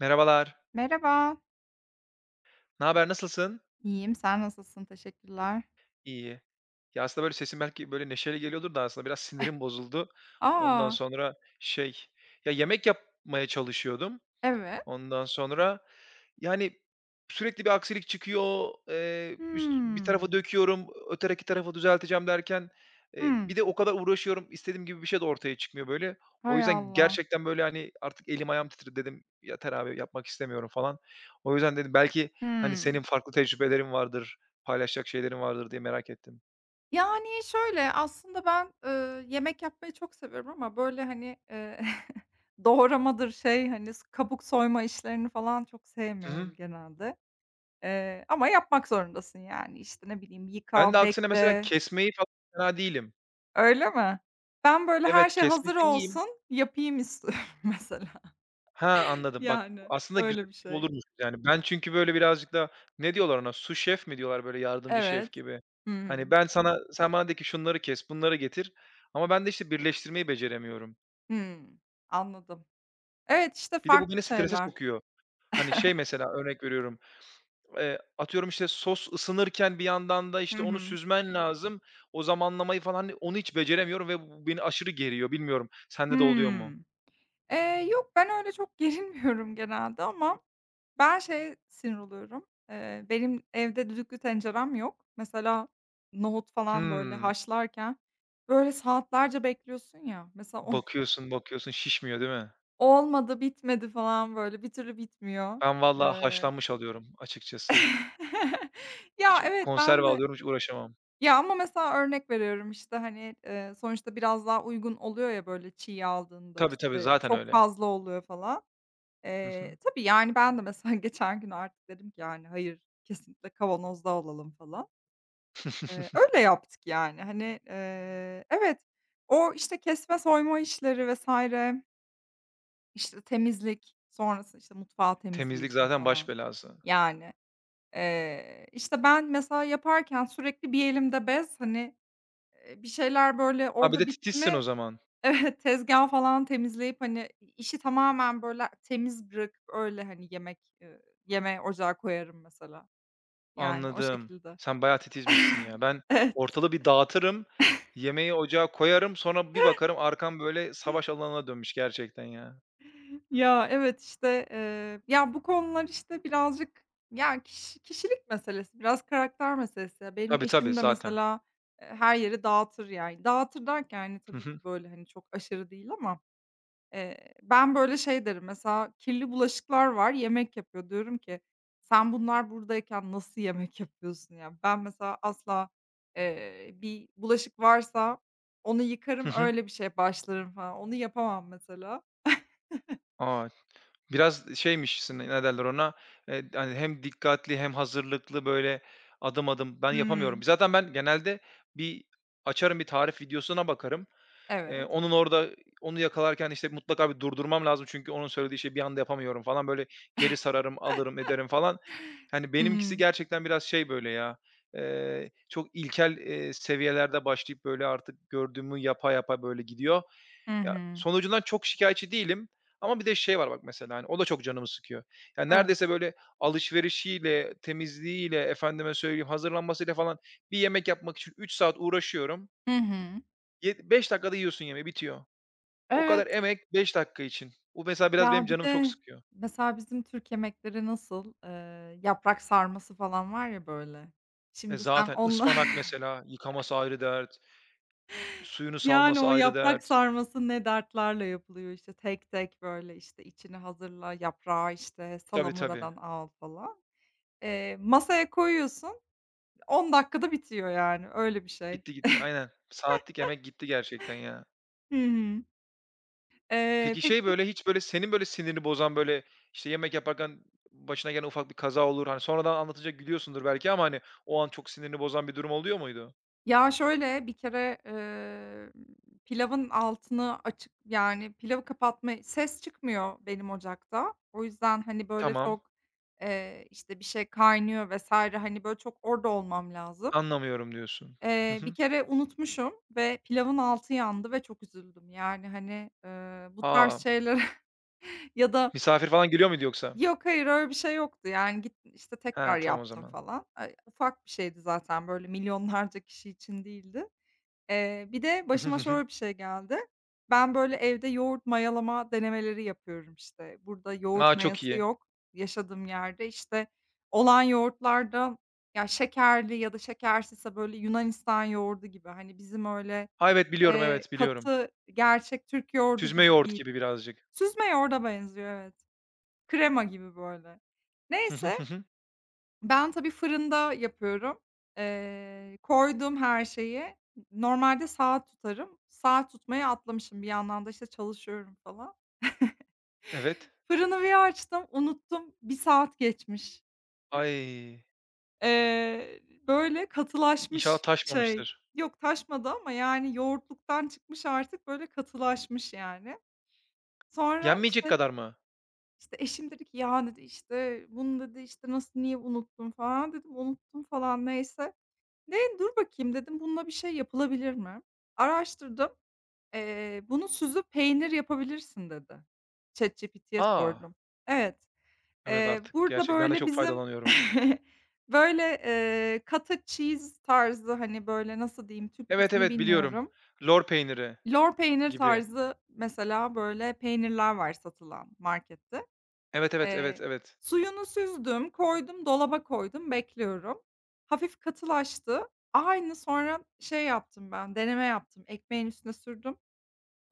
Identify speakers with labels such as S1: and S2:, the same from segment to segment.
S1: Merhabalar.
S2: Merhaba.
S1: Ne haber, nasılsın?
S2: İyiyim, sen nasılsın? Teşekkürler.
S1: İyi. Ya, aslında, böyle, sesim belki, böyle, neşeli geliyordur da aslında biraz sinirim bozuldu. Ondan
S2: Aa.
S1: sonra şey, ya, yemek yapmaya çalışıyordum.
S2: Evet.
S1: Ondan sonra, yani, sürekli bir aksilik çıkıyor, üst bir tarafa
S2: Hımm.
S1: döküyorum, öteki tarafa düzelteceğim derken,
S2: Hımm.
S1: bir de o kadar uğraşıyorum, istediğim gibi bir şey de ortaya çıkmıyor, böyle. O
S2: Hay
S1: yüzden
S2: Allah.
S1: gerçekten, böyle, hani, artık elim ayağım titredi, dedim, "Yeter abi, yapmak istemiyorum." falan. O yüzden dedim, belki, hani,
S2: Hımm.
S1: senin farklı tecrübelerin vardır, paylaşacak şeylerin vardır diye merak ettim.
S2: Şöyle, aslında ben, yemek yapmayı çok seviyorum ama, doğramadır, şey, hani, s kabuk soyma işlerini falan çok
S1: Hı
S2: sevmiyorum
S1: hı.
S2: genelde. Ama yapmak zorundasın, yani. İşte ne bileyim,
S1: Ben de
S2: yıka,
S1: aksine mesela
S2: bekle.
S1: kesmeyi falan fena değilim.
S2: Öyle mi? Ben, böyle, her
S1: Evet,
S2: şey hazır
S1: kesmekte iyiyim.
S2: olsun, yapayım istiyorum mesela.
S1: Ha, anladım. Bak,
S2: Yani,
S1: aslında güzel
S2: öyle bir
S1: ekip
S2: şey.
S1: olurmuş yani. Ben çünkü böyle birazcık da ne diyorlar ona? Sous şef mi diyorlar, böyle yardımcı
S2: Evet.
S1: şef gibi?
S2: Hıı.
S1: Hani ben sana sen bana de ki şunları kes, bunları getir ama ben de işte birleştirmeyi beceremiyorum.
S2: Hımm. Anladım. Evet, işte,
S1: Bir de bu
S2: farklı
S1: beni strese
S2: şeyler.
S1: sokuyor. Hani şey mesela örnek veriyorum, atıyorum işte sos ısınırken bir yandan da
S2: Hı
S1: işte onu
S2: hı.
S1: süzmen lazım. O zamanlamayı falan hani onu hiç beceremiyorum ve bu beni aşırı geriyor. Bilmiyorum, sende de oluyor mu?
S2: Hımm. Yok, ben öyle çok gerilmiyorum genelde ama ben şeye sinir oluyorum. Benim evde düdüklü tencerem yok. Mesela nohut falan, böyle,
S1: Hımm.
S2: haşlarken, böyle, saatlerce bekliyorsun ya. Mesela o
S1: Bakıyorsun, bakıyorsun şişmiyor değil mi?
S2: olmadı, bitmedi falan, böyle, bir türlü bitmiyor.
S1: Ben valla
S2: Eee
S1: haşlanmış alıyorum açıkçası.
S2: Ya,
S1: Hiç,
S2: evet, ben
S1: konserve
S2: de.
S1: alıyorum, hiç uğraşamam.
S2: Ya, ama mesela örnek veriyorum, sonuçta biraz daha uygun oluyor ya, böyle, çiğ aldığında,
S1: Tabii, tabii,
S2: işte,
S1: zaten
S2: çok
S1: öyle.
S2: fazla oluyor falan.
S1: Hı hı.
S2: Ben de mesela geçen gün artık dedim ki, yani, "Hayır, kesinlikle kavanozda alalım." falan. Öyle yaptık, yani. Evet, o, işte, kesme soyma işleri vesaire işte, temizlik, sonrası, işte, mutfağı
S1: Temizlik
S2: temizliyorsun
S1: zaten baş
S2: falan.
S1: belası.
S2: Yani, ben mesela yaparken sürekli bir elimde bez, hani. Bir şeyler böyle
S1: Ha, bir
S2: orada
S1: de
S2: bitti
S1: titizsin
S2: mi?
S1: o zaman.
S2: Evet, tezgâhı falan temizleyip, hani, işi tamamen böyle temiz bırakıp öyle, hani, yemeği ocağa koyarım mesela. Yani o
S1: Anladım.
S2: şekilde.
S1: Sen bayağı titizmişsin ya. Ben
S2: Evet.
S1: ortalığı bir dağıtırım, yemeği ocağa koyarım, sonra bir bakarım arkam böyle savaş alanına dönmüş gerçekten ya.
S2: Bu konular, işte, birazcık, ya, kişilik meselesi, biraz karakter meselesi. Ya, benim
S1: Tabii, tabii,
S2: eşim de
S1: zaten.
S2: mesela, her yeri dağıtır yani. Dağıtır derken, hani,
S1: Hı
S2: tabii
S1: hı.
S2: ki böyle, hani, çok aşırı değil ama. Ben, böyle, şey derim mesela, kirli bulaşıklar var, yemek yapıyor. Diyorum ki, "Sen bunlar buradayken nasıl yemek yapıyorsun ya?" Ben mesela asla, bir bulaşık varsa onu
S1: Hı
S2: yıkarım,
S1: hı.
S2: öyle bir şeye başlarım falan. Onu yapamam mesela.
S1: A! Biraz şeymişsin, ne derler ona, hani, hem dikkatli hem hazırlıklı, böyle, adım adım. Ben yapamıyorum.
S2: Hımm.
S1: Zaten ben genelde bir açarım, bir tarif videosuna bakarım.
S2: Evet.
S1: Onun orada onu yakalarken, işte, mutlaka bir durdurmam lazım çünkü onun söylediği şeyi bir anda yapamıyorum falan. Böyle geri sararım, alırım, ederim falan. Yani
S2: Hı
S1: benimkisi
S2: hı.
S1: gerçekten biraz şey, böyle, ya, çok ilkel, seviyelerde başlayıp, böyle, artık gördüğümü yapa yapa, böyle, gidiyor.
S2: Hı
S1: Ya,
S2: hı.
S1: sonucundan çok şikayetçi değilim ama bir de şey var bak mesela, hani, o da çok canımı sıkıyor. Yani,
S2: Evet.
S1: neredeyse böyle alışverişiyle, temizliğiyle, efendime söyleyeyim, hazırlanmasıyla falan bir yemek yapmak için 3 saat uğraşıyorum.
S2: Hı hı.
S1: 5 dakikada yiyorsun yemeği, bitiyor. O kadar
S2: Evet,
S1: emek 5 dakika için. Bu mesela biraz benim
S2: ya, bir
S1: canımı çok
S2: de
S1: sıkıyor.
S2: mesela bizim Türk yemekleri nasıl? Yaprak sarması falan var ya, böyle.
S1: E,
S2: Şimdi sen
S1: zaten
S2: onunla.
S1: ıspanak mesela yıkaması ayrı dert, suyunu
S2: Yani,
S1: salması
S2: o
S1: ayrı
S2: yaprak
S1: dert.
S2: sarması ne dertlerle yapılıyor, işte, tek tek, böyle, işte, içini hazırla, yaprağı, işte,
S1: Tabii, tabii.
S2: salamuradan al falan. Masaya koyuyorsun, 10 dakikada bitiyor yani, öyle bir şey.
S1: Bitti gitti. Aynen. Saatlik emek gitti gerçekten ya.
S2: Hı hı.
S1: Peki, şey,
S2: Peki.
S1: böyle, hiç, böyle, senin, böyle, sinirini bozan, böyle, işte, yemek yaparken başına gelen ufak bir kaza olur, hani, sonradan anlatınca gülüyorsundur belki ama, hani, o an çok sinirini bozan bir durum oluyor muydu?
S2: Şöyle, bir kere, pilavın altını açık, yani, pilavı kapatma ses çıkmıyor benim ocakta. O yüzden, hani, böyle,
S1: Tamam,
S2: çok, bir şey kaynıyor vesaire hani, böyle, çok orada olmam lazım.
S1: anlamıyorum diyorsun. Hı
S2: Bir
S1: hı.
S2: kere unutmuşum ve pilavın altı yandı ve çok üzüldüm. Yani, bu tarz
S1: A!
S2: şeylere ya da
S1: Misafir falan geliyor muydu yoksa?
S2: "Yok, hayır, öyle bir şey yoktu." yani, gittim, işte,
S1: He,
S2: tekrar
S1: tamam o
S2: yaptım
S1: zaman.
S2: falan. Ufak bir şeydi zaten, böyle, milyonlarca kişi için değildi. Bir de
S1: Hı hı,
S2: başıma
S1: hı hı.
S2: şöyle bir şey geldi. Ben, böyle, evde yoğurt mayalama denemeleri yapıyorum, işte. Burada yoğurt
S1: A, çok
S2: mayası
S1: iyi.
S2: yok yaşadığım yerde. İşte, olan yoğurtlarda ya, şekerli ya da şekersizse, böyle, Yunanistan yoğurdu gibi, hani, bizim öyle,
S1: A, evet, biliyorum, evet, biliyorum.
S2: katı, gerçek Türk yoğurdu
S1: Süzme
S2: gibi
S1: yoğurt
S2: değil.
S1: gibi birazcık.
S2: Süzme yoğurda benziyor, evet. Krema gibi, böyle.
S1: Hı hı,
S2: Neyse,
S1: hı hı.
S2: ben tabii fırında yapıyorum. Koydum her şeyi. Normalde saat tutarım. Saat tutmayı atlamışım. Bir yandan da işte çalışıyorum falan.
S1: Evet.
S2: Fırını bir açtım, unuttum. Bir saat geçmiş.
S1: Ay!
S2: Böyle
S1: İnşallah
S2: katılaşmış şey.
S1: taşmamıştır.
S2: Yok, taşmadı ama yani yoğurtluktan çıkmış artık böyle katılaşmış yani. Sonra
S1: Yenmeyecek
S2: işte
S1: kadar mı?
S2: işte eşim dedi ki, "Ya," dedi, işte, "Bunu," dedi, işte, "Nasıl, niye unuttun?" falan dedim. "Unuttum" falan, neyse. Ne, dur bakayım dedim, bununla bir şey yapılabilir mi? Araştırdım. Bunu süzüp peynir yapabilirsin dedi. ChatGPT'ye
S1: A!
S2: sordum. Evet,
S1: Evet, artık
S2: burada
S1: gerçekten ben de
S2: böyle
S1: çok
S2: bizim
S1: faydalanıyorum.
S2: böyle, cottage cheese tarzı, hani, böyle, nasıl diyeyim,
S1: Evet,
S2: Türkçesini
S1: evet, biliyorum.
S2: bilmiyorum.
S1: Lor peyniri
S2: Lor peynir
S1: gibi.
S2: tarzı mesela böyle peynirler var satılan markette.
S1: Evet, evet, evet,
S2: Eee,
S1: evet.
S2: Suyunu süzdüm, koydum, dolaba koydum, bekliyorum. Hafif katılaştı. Aynı sonra şey yaptım ben, deneme yaptım. Ekmeğin üstüne sürdüm.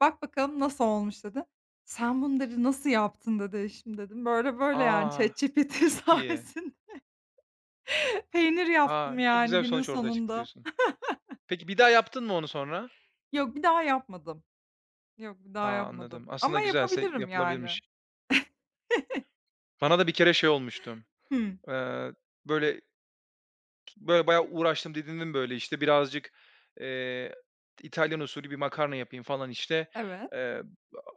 S2: "Bak bakalım nasıl olmuş." dedi. "Sen bunları nasıl yaptın?" dedi eşim, dedim. "Böyle böyle yani
S1: A!
S2: ChatGPT
S1: Çok iyi.
S2: sayesinde peynir
S1: A!
S2: yaptım
S1: Çok
S2: yani
S1: güzel bir
S2: günün
S1: sonuç ortaya çıktı
S2: sonunda."
S1: diyorsun. Peki, bir daha yaptın mı onu sonra?
S2: Yok, bir daha yapmadım. Yok, bir
S1: A,
S2: daha
S1: anladım.
S2: yapmadım
S1: Aslında
S2: ama
S1: güzelse
S2: yapabilirim yani.
S1: yapılabilirmiş. Bana da bir kere şey olmuştu.
S2: Hımm.
S1: Eee, böyle, böyle bayağı uğraştım, didindim böyle işte birazcık, eee, İtalyan usulü bir makarna yapayım falan işte.
S2: Evet,
S1: Eee,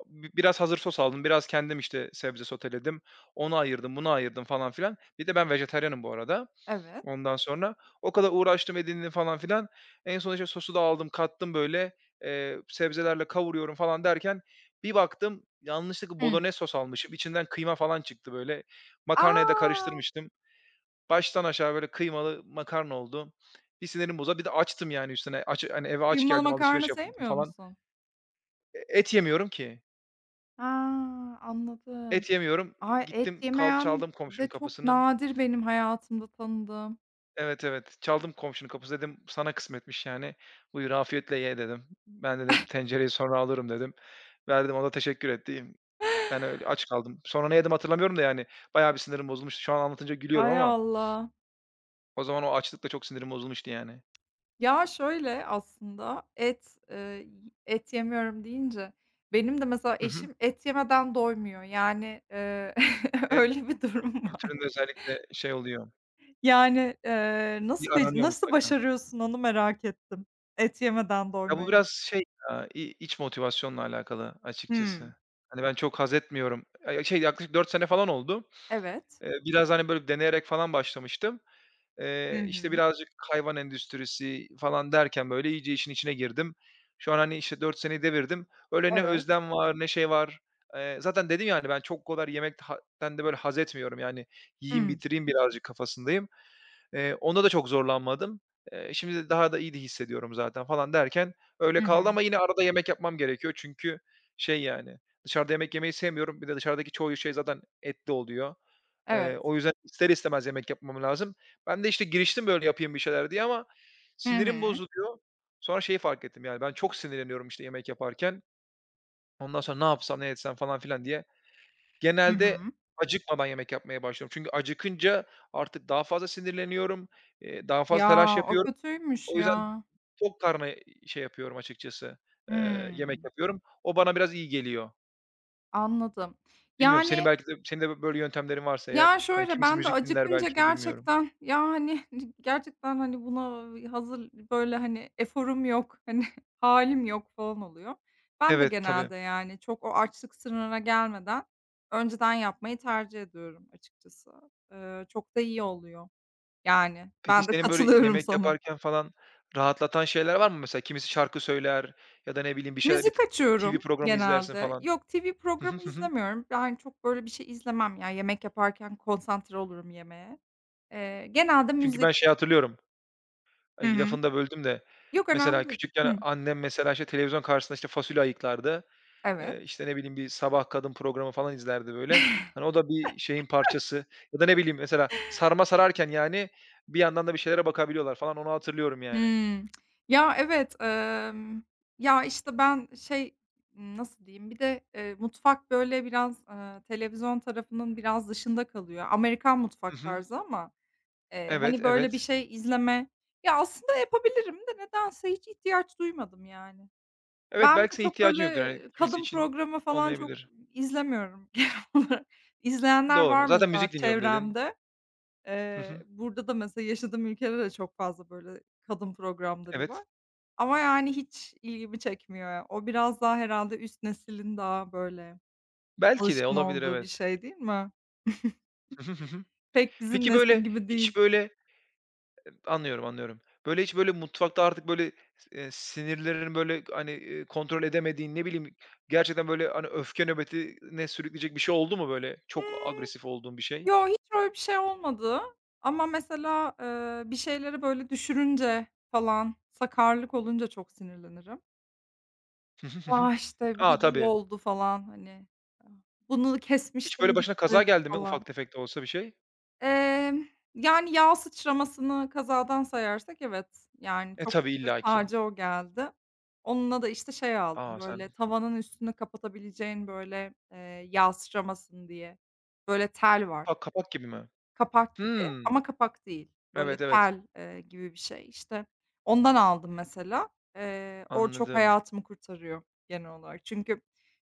S1: b biraz hazır sos aldım, biraz kendim işte sebze soteledim. Onu ayırdım, bunu ayırdım falan filan. Bir de ben vejetaryenim bu arada.
S2: evet.
S1: Ondan sonra o kadar uğraştım, edindim falan filan. En son, işte, sosu da aldım, kattım böyle, sebzelerle kavuruyorum falan derken bir baktım yanlışlıkla
S2: Hıı.
S1: bolonez sos almışım. İçinden kıyma falan çıktı böyle. Makarnaya da
S2: A!
S1: karıştırmıştım. Baştan aşağı böyle kıymalı makarna oldu. Bir sinirim bozuldu. Bir de açtım yani üstüne. Aç, hani, eve aç
S2: Kıymalı
S1: geldim,
S2: makarna
S1: alışveriş yapamadım
S2: sevmiyor
S1: falan.
S2: musun?
S1: E, et yemiyorum ki.
S2: A! Anladım.
S1: Et yemiyorum.
S2: Ay, et
S1: Gittim, kal
S2: yemeyen
S1: çaldım
S2: de
S1: komşunun
S2: çok
S1: kapısını.
S2: nadir benim hayatımda tanıdığım.
S1: Evet, evet. Çaldım komşunun kapısı, dedim, "Sana kısmetmiş yani. Buyur afiyetle ye." dedim. Ben dedim, "Tencereyi sonra alırım." dedim. Verdim, o da teşekkür etti. Ben öyle aç kaldım. Sonra ne yedim hatırlamıyorum da yani bayağı bir sinirim bozulmuştu. Şu an anlatınca gülüyorum
S2: Hay
S1: ama
S2: Allah.
S1: o zaman o açlıkla çok sinirim bozulmuştu yani.
S2: Şöyle aslında et, et yemiyorum deyince benim de mesela
S1: Hı hı.
S2: eşim et yemeden doymuyor. Yani,
S1: E,
S2: öyle bir durum var.
S1: kültüründe özellikle şey oluyor,
S2: Yani,
S1: bir aranıyor
S2: nasıl
S1: mutlaka.
S2: başarıyorsun onu merak ettim. Et yemeden
S1: Ya, bu
S2: doymayı.
S1: biraz şey, ya, iç motivasyonla alakalı
S2: Hımm.
S1: açıkçası. Hani ben çok haz etmiyorum. Şey yaklaşık 4 sene falan oldu.
S2: Evet.
S1: Biraz hani böyle deneyerek falan başlamıştım.
S2: Hı hı.
S1: İşte, birazcık hayvan endüstrisi falan derken, böyle, iyice işin içine girdim. Şu an, hani, işte, 4 seneyi devirdim. Öyle ne
S2: Evet.
S1: özlem var, ne şey var. Zaten dedim ya, hani, ben çok o kadar yemekten de, böyle, haz etmiyorum. Yani, yiyeyim,
S2: Hımm.
S1: bitireyim birazcık kafasındayım. Onda da çok zorlanmadım. Şimdi de daha da iyi de hissediyorum zaten falan derken öyle
S2: Hı
S1: kaldı
S2: hı.
S1: ama yine arada yemek yapmam gerekiyor. Çünkü şey, yani, dışarıda yemek yemeyi sevmiyorum. Bir de dışarıdaki çoğu şey zaten etli oluyor.
S2: Evet.
S1: O yüzden ister istemez yemek yapmam lazım. Ben de, işte, giriştim böyle yapayım bir şeyler diye ama
S2: Hı
S1: sinirim
S2: hı.
S1: bozuluyor. Sonra şeyi fark ettim, yani, ben çok sinirleniyorum, işte, yemek yaparken. Ondan sonra ne yapsam, ne etsem falan filan diye
S2: Hı
S1: genelde
S2: hı.
S1: acıkmadan yemek yapmaya başlıyorum. Çünkü acıkınca artık daha fazla sinirleniyorum, daha fazla telaş
S2: Ya, o
S1: yapıyorum.
S2: kötüymüş
S1: O yüzden
S2: ya.
S1: tok karnına, şey yapıyorum açıkçası, yemek
S2: Hımm,
S1: yapıyorum. O bana biraz iyi geliyor.
S2: anladım.
S1: Bilmiyorum, senin
S2: Yani,
S1: belki de senin de böyle yöntemlerin varsa eğer,
S2: ya,
S1: hani,
S2: şöyle,
S1: kimisi
S2: ben de
S1: müzik dinler
S2: acıkınca
S1: belki, bilmiyorum.
S2: gerçekten, ya, hani, gerçekten, hani, buna hazır, böyle, hani, eforum yok, hani, hâlim yok falan oluyor. Ben de
S1: Evet, tabii.
S2: genelde, yani, çok o açlık sınırına gelmeden önceden yapmayı tercih ediyorum açıkçası. Çok da iyi oluyor. Yani,
S1: Peki,
S2: ben de
S1: senin böyle
S2: katılıyorum
S1: yemek
S2: sana.
S1: yaparken falan rahatlatan şeyler var mı? Mesela kimisi şarkı söyler ya da ne bileyim bir şeyler, bir
S2: Müzik
S1: t TV
S2: açıyorum
S1: programı izlersin
S2: genelde.
S1: falan.
S2: Yok, TV
S1: Hı hı,
S2: programı
S1: hı hı.
S2: izlemiyorum. Ben çok böyle bir şey izlemem ya. Yemek yaparken konsantre olurum yemeğe. Genelde
S1: Çünkü
S2: müzik
S1: ben şeyi hatırlıyorum,
S2: Hı
S1: ay,
S2: hı.
S1: lafını da böldüm de,
S2: Yok,
S1: mesela
S2: önemli değil.
S1: küçükken
S2: Hıh.
S1: annem mesela, işte, televizyon karşısında, işte, fasulye ayıklardı.
S2: Evet.
S1: İşte, ne bileyim, bir Sabah Kadın programı falan izlerdi böyle. Hani, o da bir şeyin parçası ya da ne bileyim, mesela sarma sararken, yani, bir yandan da bir şeylere bakabiliyorlar falan, onu hatırlıyorum yani.
S2: Hımm. Ya, evet, emm, ya, işte, ben şey, nasıl diyeyim, bir de, mutfak böyle biraz, televizyon tarafının biraz dışında kalıyor. Amerikan
S1: Hı
S2: mutfak
S1: hı.
S2: tarzı ama,
S1: Evet,
S2: böyle bir
S1: evet.
S2: şey izleme. Ya, aslında yapabilirim de nedense hiç ihtiyaç duymadım yani.
S1: Evet,
S2: Ben
S1: belki
S2: de
S1: senin
S2: çok
S1: ihtiyacın yoktur,
S2: böyle
S1: yani kimisi
S2: kadın
S1: için
S2: programı falan çok
S1: olmayabilir.
S2: izlemiyorum genel olarak. İzleyenler
S1: Doğru.
S2: var
S1: Zaten
S2: mesela
S1: müzik dinliyorum dedin.
S2: çevremde.
S1: Hı hı.
S2: Burada da mesela yaşadığım ülkede de çok fazla böyle kadın programları var
S1: Evet.
S2: ama yani hiç ilgimi çekmiyor ya. O biraz daha herhâlde üst neslin daha böyle
S1: Belki de
S2: alışkın
S1: olabilir,
S2: olduğu bir
S1: evet.
S2: şey değil mi?
S1: Hı hı, hı hı.
S2: Pek bizim
S1: Peki,
S2: nesil
S1: böyle,
S2: gibi değil.
S1: hiç, böyle. Anlıyorum, anlıyorum. Böyle hiç, böyle, mutfakta artık, böyle, sinirlerini, böyle, hani, kontrol edemediğin, ne bileyim, gerçekten, böyle, hani, öfke nöbetine sürükleyecek bir şey oldu mu, böyle, çok
S2: Hıı.
S1: agresif olduğun bir şey?
S2: Yo, hiç öyle bir şey olmadı ama mesela, bir şeyleri böyle düşürünce falan, sakarlık olunca çok sinirlenirim.
S1: Hı hı, hı hı.
S2: Ya, işte, bir de
S1: A,
S2: bu
S1: tabii.
S2: oldu falan, hani. "Ah, bunu
S1: Hiç,
S2: kesmiştim
S1: böyle, başına
S2: gitti"
S1: kaza geldi mi,
S2: falan.
S1: ufak tefek de olsa bir şey?
S2: Emm, Yani, yağ sıçramasını kazadan sayarsak evet, yani,
S1: E,
S2: çok
S1: tabii
S2: şükür
S1: illaki.
S2: sadece o geldi. Onunla da, işte, şey aldım,
S1: A,
S2: böyle,
S1: sen.
S2: tavanın üstünü kapatabileceğin, yağ sıçramasın diye, böyle, tel var.
S1: Kapak, kapak gibi mi?
S2: Kapak gibi
S1: Hımm.
S2: ama kapak değil. Böyle
S1: Evet, evet.
S2: tel, gibi bir şey. İşte, ondan aldım mesela. O çok
S1: Anladım.
S2: hayatımı kurtarıyor genel olarak. Çünkü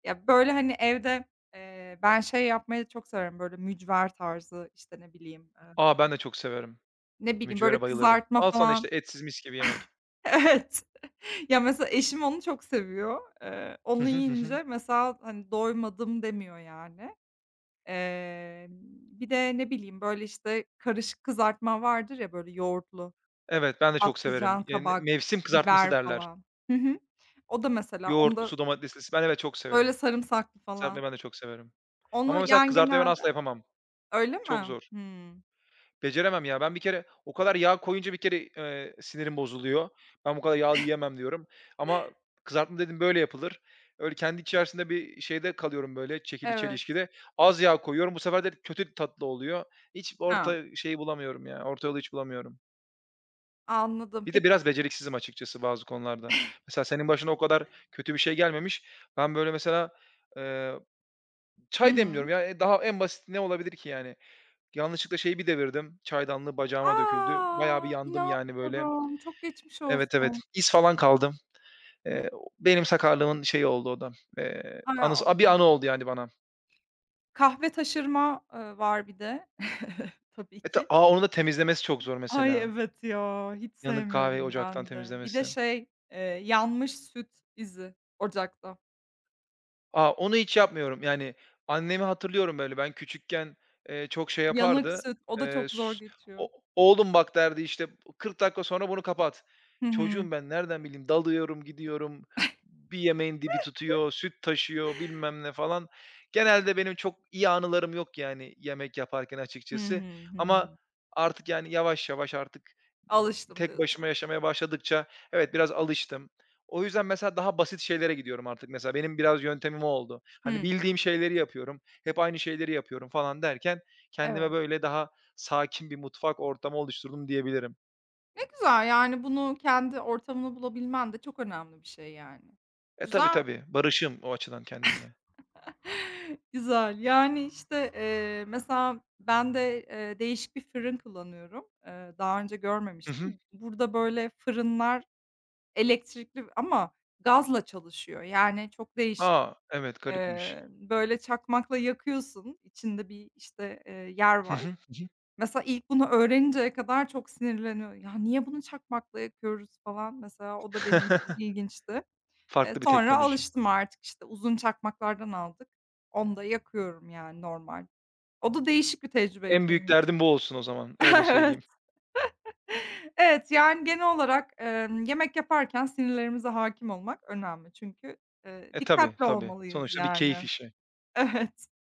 S2: ya, böyle, hani, evde, ben şey yapmayı çok severim, böyle, mücver tarzı,
S1: A, ben de çok severim. Mücvere
S2: böyle,
S1: bayılırım.
S2: kızartma
S1: Al sana işte
S2: falan.
S1: etsiz mis gibi yemek.
S2: Evet. Ya, mesela eşim onu çok seviyor.
S1: Hı
S2: Onu
S1: hı, hı hı.
S2: yiyince mesela, hani, doymadım demiyor yani. Emm, Bir de ne bileyim, böyle, işte, karışık kızartma vardır ya, böyle, yoğurtlu.
S1: Evet, ben de çok severim.
S2: Patlıcan,
S1: Yani
S2: kabak,
S1: mevsim kızartması
S2: biber
S1: derler.
S2: falan. Hı hı. O da mesela onda
S1: Yoğurtlusu, domateslisi. Ben, evet, çok
S2: böyle
S1: severim.
S2: sarımsaklı falan.
S1: Kızartmayı ben de çok severim.
S2: Onu
S1: Ama mesela
S2: yani
S1: kızartmayı ben
S2: genelde.
S1: asla yapamam.
S2: Öyle
S1: Çok
S2: mi?
S1: zor.
S2: Hımm.
S1: Beceremem ya. Ben bir kere o kadar yağ koyunca bir kere, sinirim bozuluyor. Ben bu kadar yağlı yiyemem diyorum. Ama kızartma dedim böyle yapılır. Öyle kendi içerisinde bir şeyde kalıyorum böyle çekili
S2: Evet.
S1: çelişkide. Az yağ koyuyorum. Bu sefer de kötü tatlı oluyor. Hiç
S2: Ha,
S1: orta şeyi bulamıyorum ya. Orta yolu hiç bulamıyorum.
S2: anladım.
S1: Bir de
S2: Peki.
S1: biraz beceriksizim açıkçası bazı konularda. Mesela senin başına o kadar kötü bir şey gelmemiş. Ben böyle mesela, eee,
S2: Hı
S1: çay demliyorum
S2: hı.
S1: ya, daha en basit ne olabilir ki yani? Yanlışlıkla şeyi bir devirdim, çaydanlığı
S2: A!
S1: bacağıma döküldü. Bayağı bir yandım yani böyle.
S2: İnanmıyorum. Çok geçmiş
S1: Evet, evet.
S2: olsun.
S1: İz falan kaldım. Eee, benim sakarlığımın şeyi oldu o da,
S2: Hay
S1: anısı a bir
S2: Allah.
S1: anı oldu yani bana.
S2: Kahve taşırma, var bir de tabii ki.
S1: Onu da temizlemesi çok zor
S2: Ay,
S1: mesela.
S2: evet ya, hiç
S1: Yanık kahveyi
S2: sevmiyorum
S1: ocaktan
S2: ben de. Bir de
S1: temizlemesi.
S2: şey, yanmış süt izi ocakta.
S1: A, onu hiç yapmıyorum. Yani, annemi hatırlıyorum, böyle, ben küçükken, çok şey
S2: Yanık
S1: yapardı.
S2: süt, o da çok
S1: S
S2: zor geçiyor.
S1: "O oğlum bak" derdi, işte, "40 dakika sonra bunu kapat."
S2: Hı hı.
S1: Çocuğum ben, nereden bileyim? Dalıyorum, gidiyorum, bir yemeğin dibi tutuyor, süt taşıyor, bilmem ne falan. Genelde benim çok iyi anılarım yok, yani, yemek yaparken
S2: Hı hı.
S1: açıkçası,
S2: Hı hı.
S1: ama artık, yani, yavaş yavaş artık
S2: "Alıştım."
S1: tek
S2: diyorsun.
S1: başıma yaşamaya başladıkça evet, biraz alıştım. O yüzden mesela daha basit şeylere gidiyorum artık mesela. Benim biraz yöntemim o oldu. Hani
S2: Hı.
S1: bildiğim şeyleri yapıyorum, hep aynı şeyleri yapıyorum falan derken kendime
S2: Evet.
S1: böyle daha sakin bir mutfak ortamı oluşturdum diyebilirim.
S2: Ne güzel, yani, bunu kendi ortamını bulabilmen de çok önemli bir şey, yani.
S1: E, tabii,
S2: Güzel.
S1: tabii. Barışım o açıdan kendimle.
S2: Güzel. Yani, işte, mesela ben de, değişik bir fırın kullanıyorum. Daha önce
S1: Hı
S2: görmemiştim.
S1: hı.
S2: Burada, böyle, fırınlar elektrikli ama gazla çalışıyor. Yani, çok değişik.
S1: A! Evet, garipmiş.
S2: Böyle, çakmakla yakıyorsun. İçinde bir, yer
S1: Hı
S2: var.
S1: hı.
S2: Mesela ilk bunu öğreninceye kadar çok sinirleniyor. "Ya, niye bunu çakmakla yakıyoruz?" falan, mesela o da benim için ilginçti.
S1: Farklı bir
S2: Sonra
S1: teknoloji.
S2: alıştım artık, işte, uzun çakmaklardan aldık. Onda yakıyorum yani normal. O da değişik bir tecrübeydi
S1: En büyük
S2: benim için.
S1: derdim bu olsun o zaman, öyle
S2: Evet.
S1: söyleyeyim.
S2: Evet, yani genel olarak, yemek yaparken sinirlerimize hakim olmak önemli çünkü,
S1: E, tabii,
S2: dikkatli
S1: tabii.
S2: olmalıyız
S1: Sonuçta bir
S2: yani.
S1: keyif işi.
S2: Evet.